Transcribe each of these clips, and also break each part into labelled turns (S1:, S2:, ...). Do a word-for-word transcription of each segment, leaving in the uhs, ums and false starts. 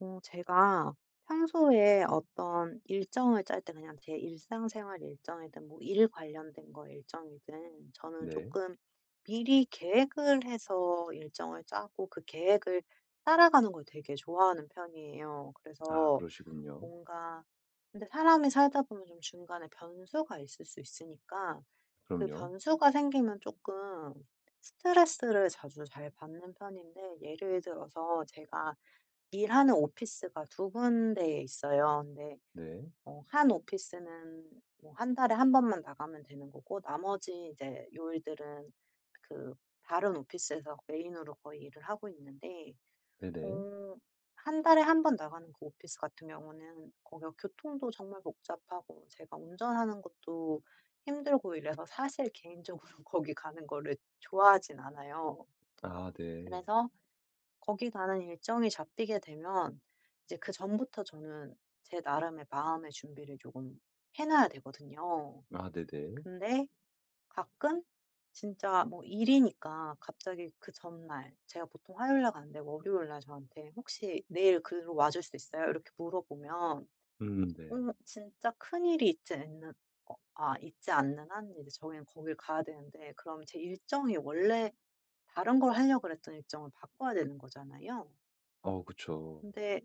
S1: 어 제가 평소에 어떤 일정을 짤 때 그냥 제 일상생활 일정이든 뭐 일 관련된 거 일정이든 저는
S2: 네.
S1: 조금 미리 계획을 해서 일정을 짜고 그 계획을 따라가는 걸 되게 좋아하는 편이에요.
S2: 아
S1: 그래서
S2: 그러시군요.
S1: 뭔가 근데 사람이 살다 보면 좀 중간에 변수가 있을 수 있으니까 그
S2: 그럼요.
S1: 변수가 생기면 조금 스트레스를 자주 잘 받는 편인데, 예를 들어서 제가 일하는 오피스가 두 군데 있어요. 근데
S2: 네.
S1: 어 한 오피스는 뭐 한 달에 한 번만 나가면 되는 거고, 나머지 이제 요일들은 그 다른 오피스에서 메인으로 거의 일을 하고 있는데,
S2: 네네.
S1: 어 한 달에 한 번 나가는 그 오피스 같은 경우는 거기가 교통도 정말 복잡하고 제가 운전하는 것도 힘들고 이래서 사실 개인적으로 거기 가는 거를 좋아하진 않아요.
S2: 아 네.
S1: 그래서 거기 가는 일정이 잡히게 되면 이제 그전부터 저는 제 나름의 마음의 준비를 조금 해 놔야 되거든요.
S2: 아 네네.
S1: 근데 가끔 진짜 뭐 일이니까 갑자기 그 전날, 제가 보통 화요일 날 가는데 월요일 날 저한테 "혹시 내일 그로 와줄 수 있어요?" 이렇게 물어보면
S2: 음 네.
S1: 음 진짜 큰일이 있지 않는 어 아 있지 않는 한 이제 저희는 거길 가야 되는데, 그럼 제 일정이 원래 다른 걸 하려고 그랬던 일정을 바꿔야 되는 거잖아요.
S2: 어 그쵸.
S1: 근데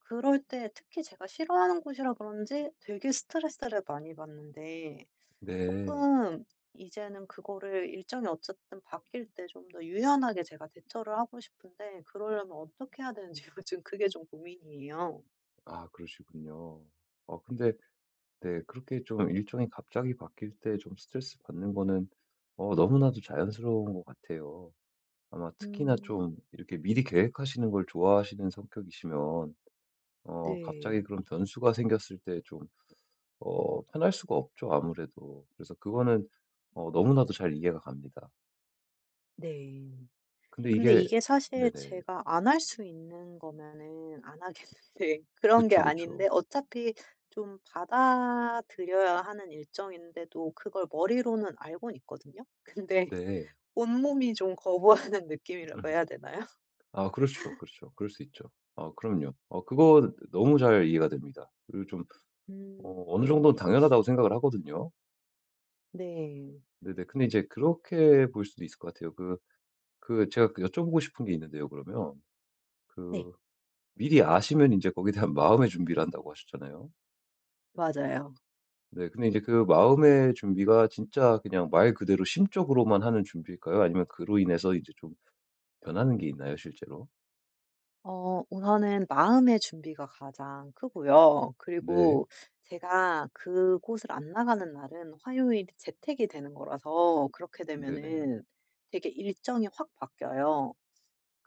S1: 그럴 때 특히 제가 싫어하는 곳이라 그런지 되게 스트레스를 많이 받는데,
S2: 네.
S1: 조금 이제는 그거를, 일정이 어쨌든 바뀔 때 좀 더 유연하게 제가 대처를 하고 싶은데 그러려면 어떻게 해야 되는지 요즘 그게 좀 고민이에요.
S2: 아 그러시군요. 어 근데 네 그렇게 좀 일정이 갑자기 바뀔 때 좀 스트레스 받는 거는 어 너무나도 자연스러운 것 같아요. 아마 특히나
S1: 음.
S2: 좀 이렇게 미리 계획하시는 걸 좋아하시는 성격이시면 어 갑자기
S1: 네.
S2: 그런 변수가 생겼을 때좀 어 편할 수가 없죠 아무래도. 그래서 그거는 어 너무나도 잘 이해가 갑니다.
S1: 네.
S2: 근데
S1: 근데
S2: 이게
S1: 이게 사실
S2: 네네.
S1: 제가 안 할 수 있는 거면은 안 하겠는데 그런 게
S2: 그쵸, 그쵸.
S1: 아닌데, 어차피 좀 받아들여야 하는 일정인데도 그걸 머리로는 알고는 있거든요. 근데
S2: 네.
S1: 온몸이 좀 거부하는 느낌이라고 해야 되나요?
S2: 아 그렇죠, 그렇죠. 그럴 수 있죠. 아 그럼요. 어 그거 너무 잘 이해가 됩니다. 그리고 좀 어
S1: 음.
S2: 어느 정도는 당연하다고 생각을 하거든요.
S1: 네.
S2: 네네. 근데 이제 그렇게 볼 수도 있을 것 같아요. 그 그 제가 그 여쭤보고 싶은 게 있는데요 그러면.
S1: 네.
S2: 그 미리 아시면 이제 거기에 대한 마음의 준비를 한다고 하셨잖아요.
S1: 맞아요.
S2: 네. 근데 이제 그 마음의 준비가 진짜 그냥 말 그대로 심적으로만 하는 준비일까요? 아니면 그로 인해서 이제 좀 변하는 게 있나요, 실제로?
S1: 어 우선은 마음의 준비가 가장 크고요.
S2: 네.
S1: 그리고 제가 그곳을 안 나가는 날은 화요일이 재택이 되는 거라서, 그렇게
S2: 네네.
S1: 되면은 되게 일정이 확 바뀌어요.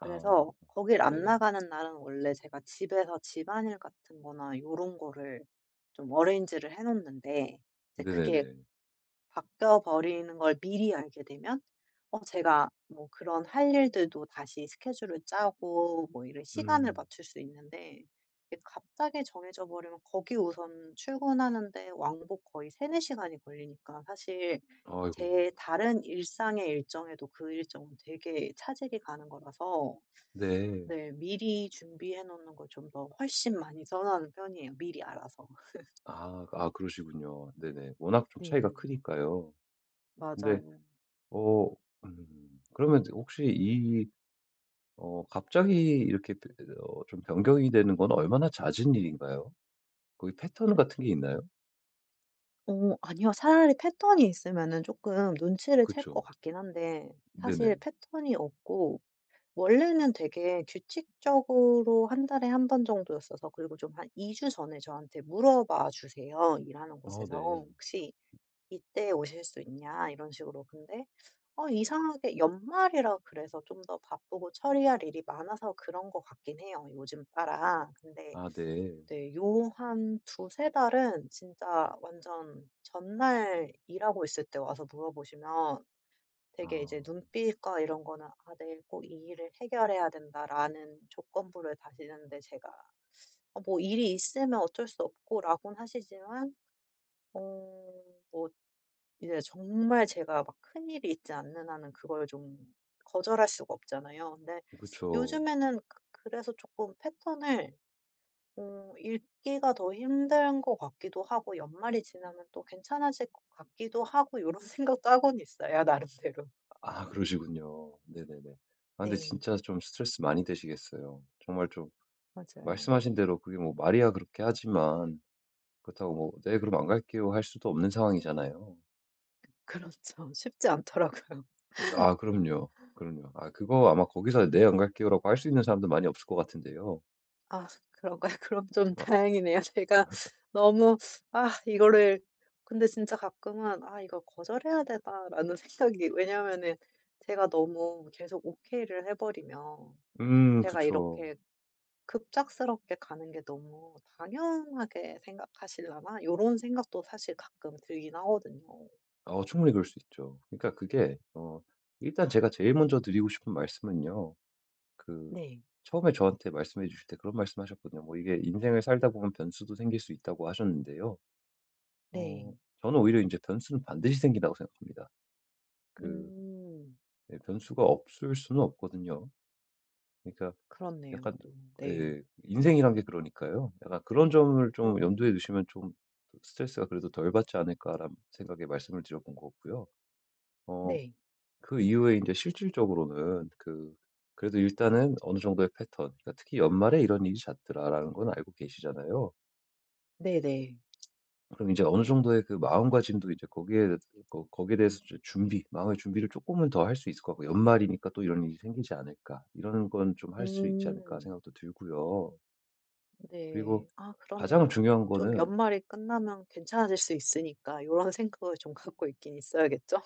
S2: 아.
S1: 거길 안
S2: 네네.
S1: 나가는 날은 원래 제가 집에서 집안일 같은 거나 요런 거를 좀 어레인지를 해 놓는데, 이제 그게
S2: 네네네.
S1: 바뀌어 버리는 걸 미리 알게 되면 어 제가 뭐 그런 할 일들도 다시 스케줄을 짜고 뭐 이런 시간을
S2: 음.
S1: 맞출 수 있는데, 이게 갑자기 정해져 버리면 거기 우선 출근하는데 왕복 거의 세네 시간이 걸리니까, 사실
S2: 아이고.
S1: 제 다른 일상의 일정에도 그 일정은 되게 차질이 가는 거라서.
S2: 네.
S1: 네 미리 준비해 놓는 걸 좀 더 훨씬 많이 선호하는 편이에요, 미리 알아서.
S2: 아. 아 그러시군요. 네네. 워낙 좀 차이가
S1: 네.
S2: 크니까요. 근데
S1: 맞아요.
S2: 어 음 그러면 혹시 이 어 갑자기 이렇게 배- 어 좀 변경이 되는 건 얼마나 잦은 일인가요? 거기 패턴 같은 게 있나요?
S1: 어 아니요. 차라리 패턴이 있으면은 금 눈치를 챌 것
S2: 그쵸.
S1: 같긴 한데 사실
S2: 네네.
S1: 패턴이 없고, 원래는 되게 규칙적으로 한 달에 한 번 정도였어서. 그리고 좀 한 이 주 전에 저한테 물어봐 주세요, 일하는
S2: 어
S1: 곳에서.
S2: 네.
S1: "혹시 이때 오실 수 있냐?" 이런 식으로. 근데 어 이상하게 연말이라 그래서 좀 더 바쁘고 처리할 일이 많아서 그런 것 같긴 해요, 요즘 따라. 근데
S2: 아 네.
S1: 네. 요 한 두세 달은 진짜 완전 전날 일하고 있을 때 와서 물어보시면
S2: 아
S1: 되게, 이제 눈빛과 이런 거는 '아 내일 꼭 이 일을 해결해야 된다.'라는 조건부를 다시는데, 제가 어 뭐 일이 있으면 어쩔 수 없고라고는 하시지만 어 뭐 이제 정말 제가 막 큰일이 있지 않는 한은 그걸 좀 거절할 수가 없잖아요. 근데
S2: 그쵸.
S1: 요즘에는 그 그래서 조금 패턴을 어 읽기가 더 힘든 것 같기도 하고 연말이 지나면 또 괜찮아질 것 같기도 하고 이런 생각도 하고는 있어요, 나름대로.
S2: 아 그러시군요. 네네네. 아 근데
S1: 네.
S2: 진짜 좀 스트레스 많이 되시겠어요. 정말 좀
S1: 맞아요.
S2: 말씀하신 대로 그게 뭐 말이야 그렇게 하지만 그렇다고 뭐 "네 그럼 안 갈게요." 할 수도 없는 상황이잖아요.
S1: 그렇죠. 쉽지 않더라고요.
S2: 아 그럼요. 그럼요. 아 그거 아마 거기서 "네 안 갈게요."라고 할 수 있는 사람도 많이 없을 것 같은데요.
S1: 아 그런가요? 그럼 좀
S2: 아
S1: 다행이네요. 제가 너무. 아 이거를. 근데 진짜 가끔은 '아 이걸 거절해야 되다'라는 생각이, 왜냐면은 제가 너무 계속 오케이를 해 버리면
S2: 음
S1: 제가
S2: 그쵸.
S1: 이렇게 급작스럽게 가는 게 너무 당연하게 생각하시려나? 요런 생각도 사실 가끔 들긴 하거든요.
S2: 어 충분히 그럴 수 있죠. 그러니까 그게 어 일단 제가 제일 먼저 드리고 싶은 말씀은요. 그
S1: 네.
S2: 처음에 저한테 말씀해 주실 때 그런 말씀하셨거든요. 뭐 이게 인생을 살다 보면 변수도 생길 수 있다고 하셨는데요.
S1: 네.
S2: 어 저는 오히려 이제 변수는 반드시 생긴다고 생각합니다. 그
S1: 음.
S2: 예 변수가 없을 수는 없거든요. 그러니까
S1: 그렇네요
S2: 약간
S1: 또. 네.
S2: 예 인생이란 게 그러니까요. 약간 그런 점을 좀
S1: 음.
S2: 염두에 두시면 좀 '스트레스가 그래도 덜 받지 않을까.'라는 생각에 말씀을 드려 본 거고요. 어
S1: 네.
S2: 그 이후에 이제 실질적으로는 그 그래도 일단은 어느 정도의 패턴 그러니까 특히 '연말에 이런 일이 잦더라.'라는 건 알고 계시잖아요.
S1: 네네.
S2: 그럼 이제 어느 정도의 그 마음가짐도 이제 거기에 거 거기에 대해서 이제 준비, 마음의 준비를 조금은 더 할 수 있을 것 같고 '연말이니까 또 이런 일이 생기지 않을까.' 이런 건 좀 할 수 있지 않을까
S1: 음.
S2: 생각도 들고요. 그리고
S1: 네. 아
S2: 가장
S1: 그렇네요.
S2: 중요한
S1: 좀
S2: 거는
S1: 연말이 끝나면 괜찮아질 수 있으니까 요런 생각을 좀 갖고 있긴 있어야겠죠?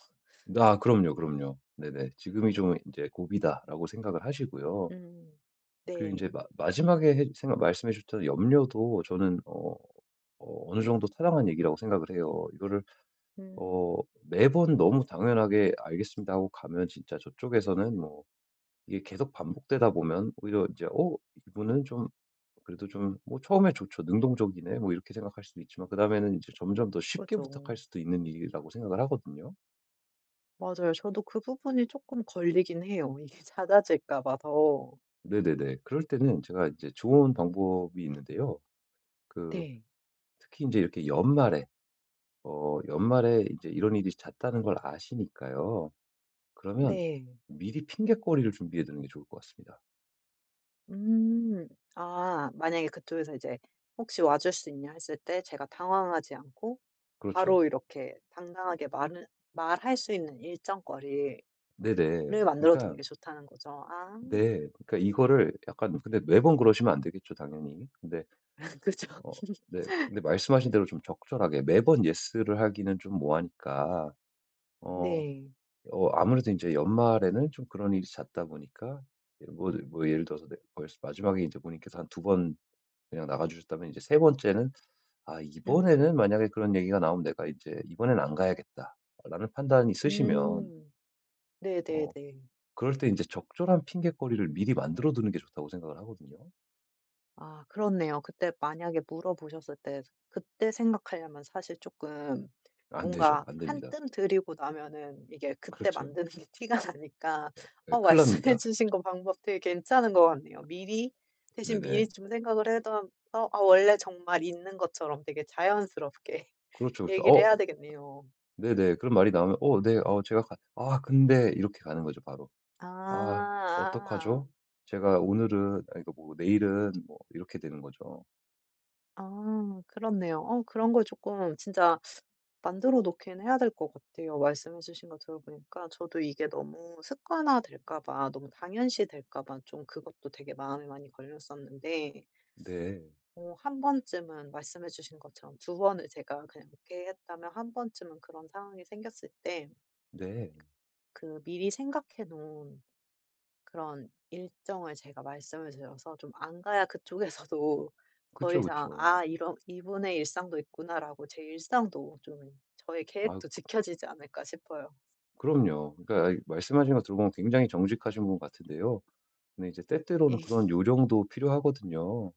S2: 아 그럼요, 그럼요. 네네. 지금이 좀 이제 고비다라고 생각을 하시고요.
S1: 음.
S2: 그리고 이
S1: 네.
S2: 제 마 마지막에 해 생각 말씀해 주셨던 염려도 저는 어 어 어느 정도 타당한 얘기라고 생각을 해요. 이거를 어
S1: 음.
S2: 매번 너무 당연하게 "알겠습니다." 하고 가면 진짜 저쪽에서는 뭐 이게 계속 반복되다 보면 오히려 이제 '어 이분은 좀 그래도 좀 뭐 처음에 좋죠. 능동적이네.' 뭐 이렇게 생각할 수도 있지만 그다음에는 이제 점점 더 쉽게 부탁할
S1: 그죠.
S2: 수도 있는 일이라고 생각을 하거든요.
S1: 맞아요. 저도 그 부분이 조금 걸리긴 해요. 이게 잦아질까 봐 더.
S2: 네네네. 그럴 때는 제가 이제 좋은 방법이 있는데요. 그
S1: 네.
S2: 특히 이제 이렇게 연말에 어 연말에 이제 이런 일이 잦다는 걸 아시니까요. 그러면
S1: 네.
S2: 미리 핑곗거리를 준비해 두는 게 좋을 것 같습니다.
S1: 음. 아 만약에 그쪽에서 이제 "혹시 와줄 수 있냐?" 했을 때 제가 당황하지 않고
S2: 그렇죠.
S1: 바로 이렇게 당당하게 말을 말할 수 있는 일정거리를
S2: 네네.
S1: 만들어
S2: 그러니까
S1: 두는 게 좋다는 거죠. 아.
S2: 네. 그러니까 이거를 약간 근데 매번 그러시면 안 되겠죠 당연히. 근데
S1: 그죠.
S2: 어 네 근데 말씀하신 대로 좀 적절하게 매번 예스를 하기는 좀 뭐하니까 어
S1: 네.
S2: 어 아무래도 이제 연말에는 좀 그런 일이 잦다 보니까 예 뭐 뭐 예를 들어서 내- 벌써 마지막에 이제 본인께서 한두번 그냥 나가 주셨다면 이제 세 번째는 '아 이번에는
S1: 음.
S2: 만약에 그런 얘기가 나오면 내가 이제 이번엔 안 가야겠다.'라는 판단이 있으시면
S1: 음.
S2: 어
S1: 네네네.
S2: 그럴 때 이제 적절한 핑계거리를 미리 만들어 두는 게 좋다고 생각을 하거든요.
S1: 아 그렇네요. 그때 만약에 물어보셨을 때 그때 생각하려면 사실 조금
S2: 안 되죠.
S1: 뭔가
S2: 안 됩니다.
S1: 한뜸 들이고 나면은 이게 그때
S2: 그렇죠.
S1: 만드는 게 티가 나니까.
S2: 예
S1: 어
S2: 큰일
S1: 말씀해
S2: 납니다.
S1: 주신 거 방법 되게 괜찮은 것 같네요. 미리 대신
S2: 네네.
S1: 미리 좀 생각을 해 둬서 아 원래 정말 있는 것처럼 되게 자연스럽게
S2: 그렇죠, 그렇죠.
S1: 얘기를
S2: 어
S1: 해야 되겠네요.
S2: 네네. 그런 말이 나오면 "어 네. 어 제가 가 아 근데" 이렇게 가는 거죠 바로.
S1: 아
S2: "아
S1: 아.
S2: 어떡하죠? 제가 오늘은" 아그뭐 "내일은" 뭐 이렇게 되는 거죠.
S1: 아 그렇네요. 어 그런 걸 조금 진짜 만들어 놓긴 해야 될 것 같아요. 말씀해 주신 거 들어보니까 저도 이게 너무 습관화 될까 봐, 너무 당연시 될까 봐 좀 그것도 되게 마음에 많이 걸렸었는데
S2: 네.
S1: 어 한 번쯤은 말씀해 주신 것처럼 두 번을 제가 그냥 오케이 했다면 한 번쯤은 그런 상황이 생겼을 때
S2: 네.
S1: 그 미리 생각해 놓은 그런 일정을 제가 말씀을 드려서 좀 안 가야 그쪽에서도 더
S2: 그쵸,
S1: 이상
S2: 그쵸.
S1: '아 이런 이분의 일상도 있구나.'라고, 제 일상도 좀, 저의
S2: 아
S1: 계획도 지켜지지 않을까 싶어요.
S2: 그럼요. 그러니까 말씀하신 거 들어보면 굉장히 정직하신 분 같은데요. 근데 이제 때때로는
S1: 예.
S2: 그런 요령도 필요하거든요.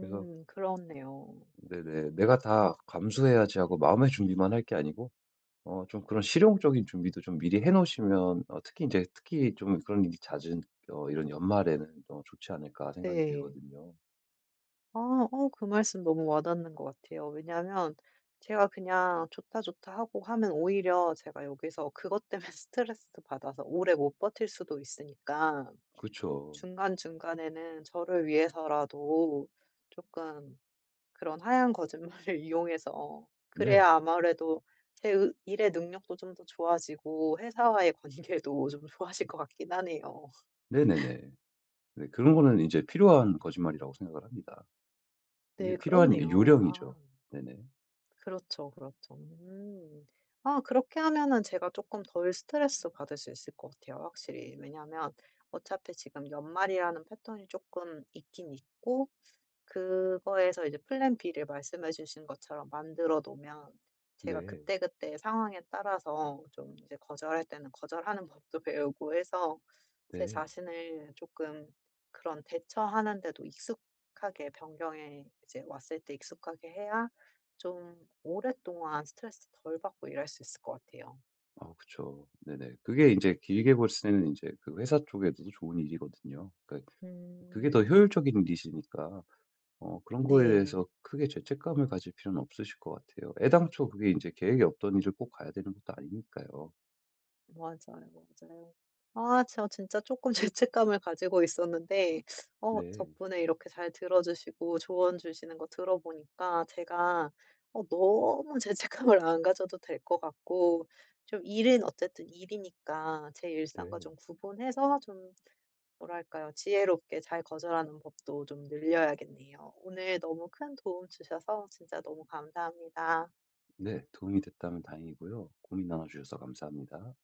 S2: 그래서
S1: 그렇네요.
S2: 네네 '내가 다 감수해야지.' 하고 마음의 준비만 할 게 아니고 어 좀 그런 실용적인 준비도 좀 미리 해 놓으시면 어 특히 이제 특히 좀 그런 일이 잦은 어 이런 연말에는 어 좋지 않을까 생각이
S1: 네.
S2: 들거든요.
S1: 아. 어 그 말씀 너무 와닿는 것 같아요. 왜냐하면 제가 그냥 "좋다, 좋다." 하고 하면 오히려 제가 여기서 그것 때문에 스트레스 받아서 오래 못 버틸 수도 있으니까
S2: 그렇
S1: 중간중간에는 저를 위해서라도 조금 그런 하얀 거짓말을 이용해서,
S2: 네.
S1: 그래야 아무래도 제 의- 일의 능력도 좀 더 좋아지고 회사와의 관계도 좀 좋아질 것 같긴 하네요.
S2: 네네네. 네 그런 거는 이제 필요한
S1: 음.
S2: 거짓말이라고 생각을 합니다. 이게
S1: 네
S2: 필요한
S1: 그렇네요. 아
S2: 요령이죠. 네네.
S1: 그렇죠, 그렇죠. 음. 아 그렇게 하면은 제가 조금 덜 스트레스 받을 수 있을 것 같아요, 확실히. 왜냐하면 어차피 지금 연말이라는 패턴이 조금 있긴 있고 그거에서 이제 플랜 B를 말씀해 주신 것처럼 만들어 놓으면 제가
S2: 네.
S1: 그때그때 상황에 따라서 좀 이제 거절할 때는 거절하는 법도 배우고 해서 제
S2: 네.
S1: 자신을 조금 그런, 대처하는 데도 익숙하게, 변경에 이제 왔을 때 익숙하게 해야 좀 오랫동안 스트레스 덜 받고 일할 수 있을 것 같아요.
S2: 아 그쵸. 네네. 그게 이제 길게 볼 때는 이제 그 회사 쪽에서도 좋은 일이거든요. 그러니까 그게 더
S1: 음.
S2: 효율적인 일이시니까 어 그런 거에
S1: 네.
S2: 대해서 크게 죄책감을 가질 필요는 없으실 것 같아요. 애당초 그게 이제 계획이 없던 일을 꼭 가야 되는 것도 아니니까요.
S1: 맞아요, 맞아요. 아 저 진짜 조금 죄책감을 가지고 있었는데 어
S2: 네.
S1: 덕분에 이렇게 잘 들어 주시고 조언 주시는 거 들어 보니까 제가 어 너무 죄책감을 안 가져도 될 것 같고 좀 일은 어쨌든 일이니까 제 일상과
S2: 네.
S1: 좀 구분해서 좀 뭐랄까요? 지혜롭게 잘 거절하는 법도 좀 늘려야겠네요. 오늘 너무 큰 도움 주셔서 진짜 너무 감사합니다.
S2: 네. 도움이 됐다면 다행이고요. 고민 나눠 주셔서 감사합니다.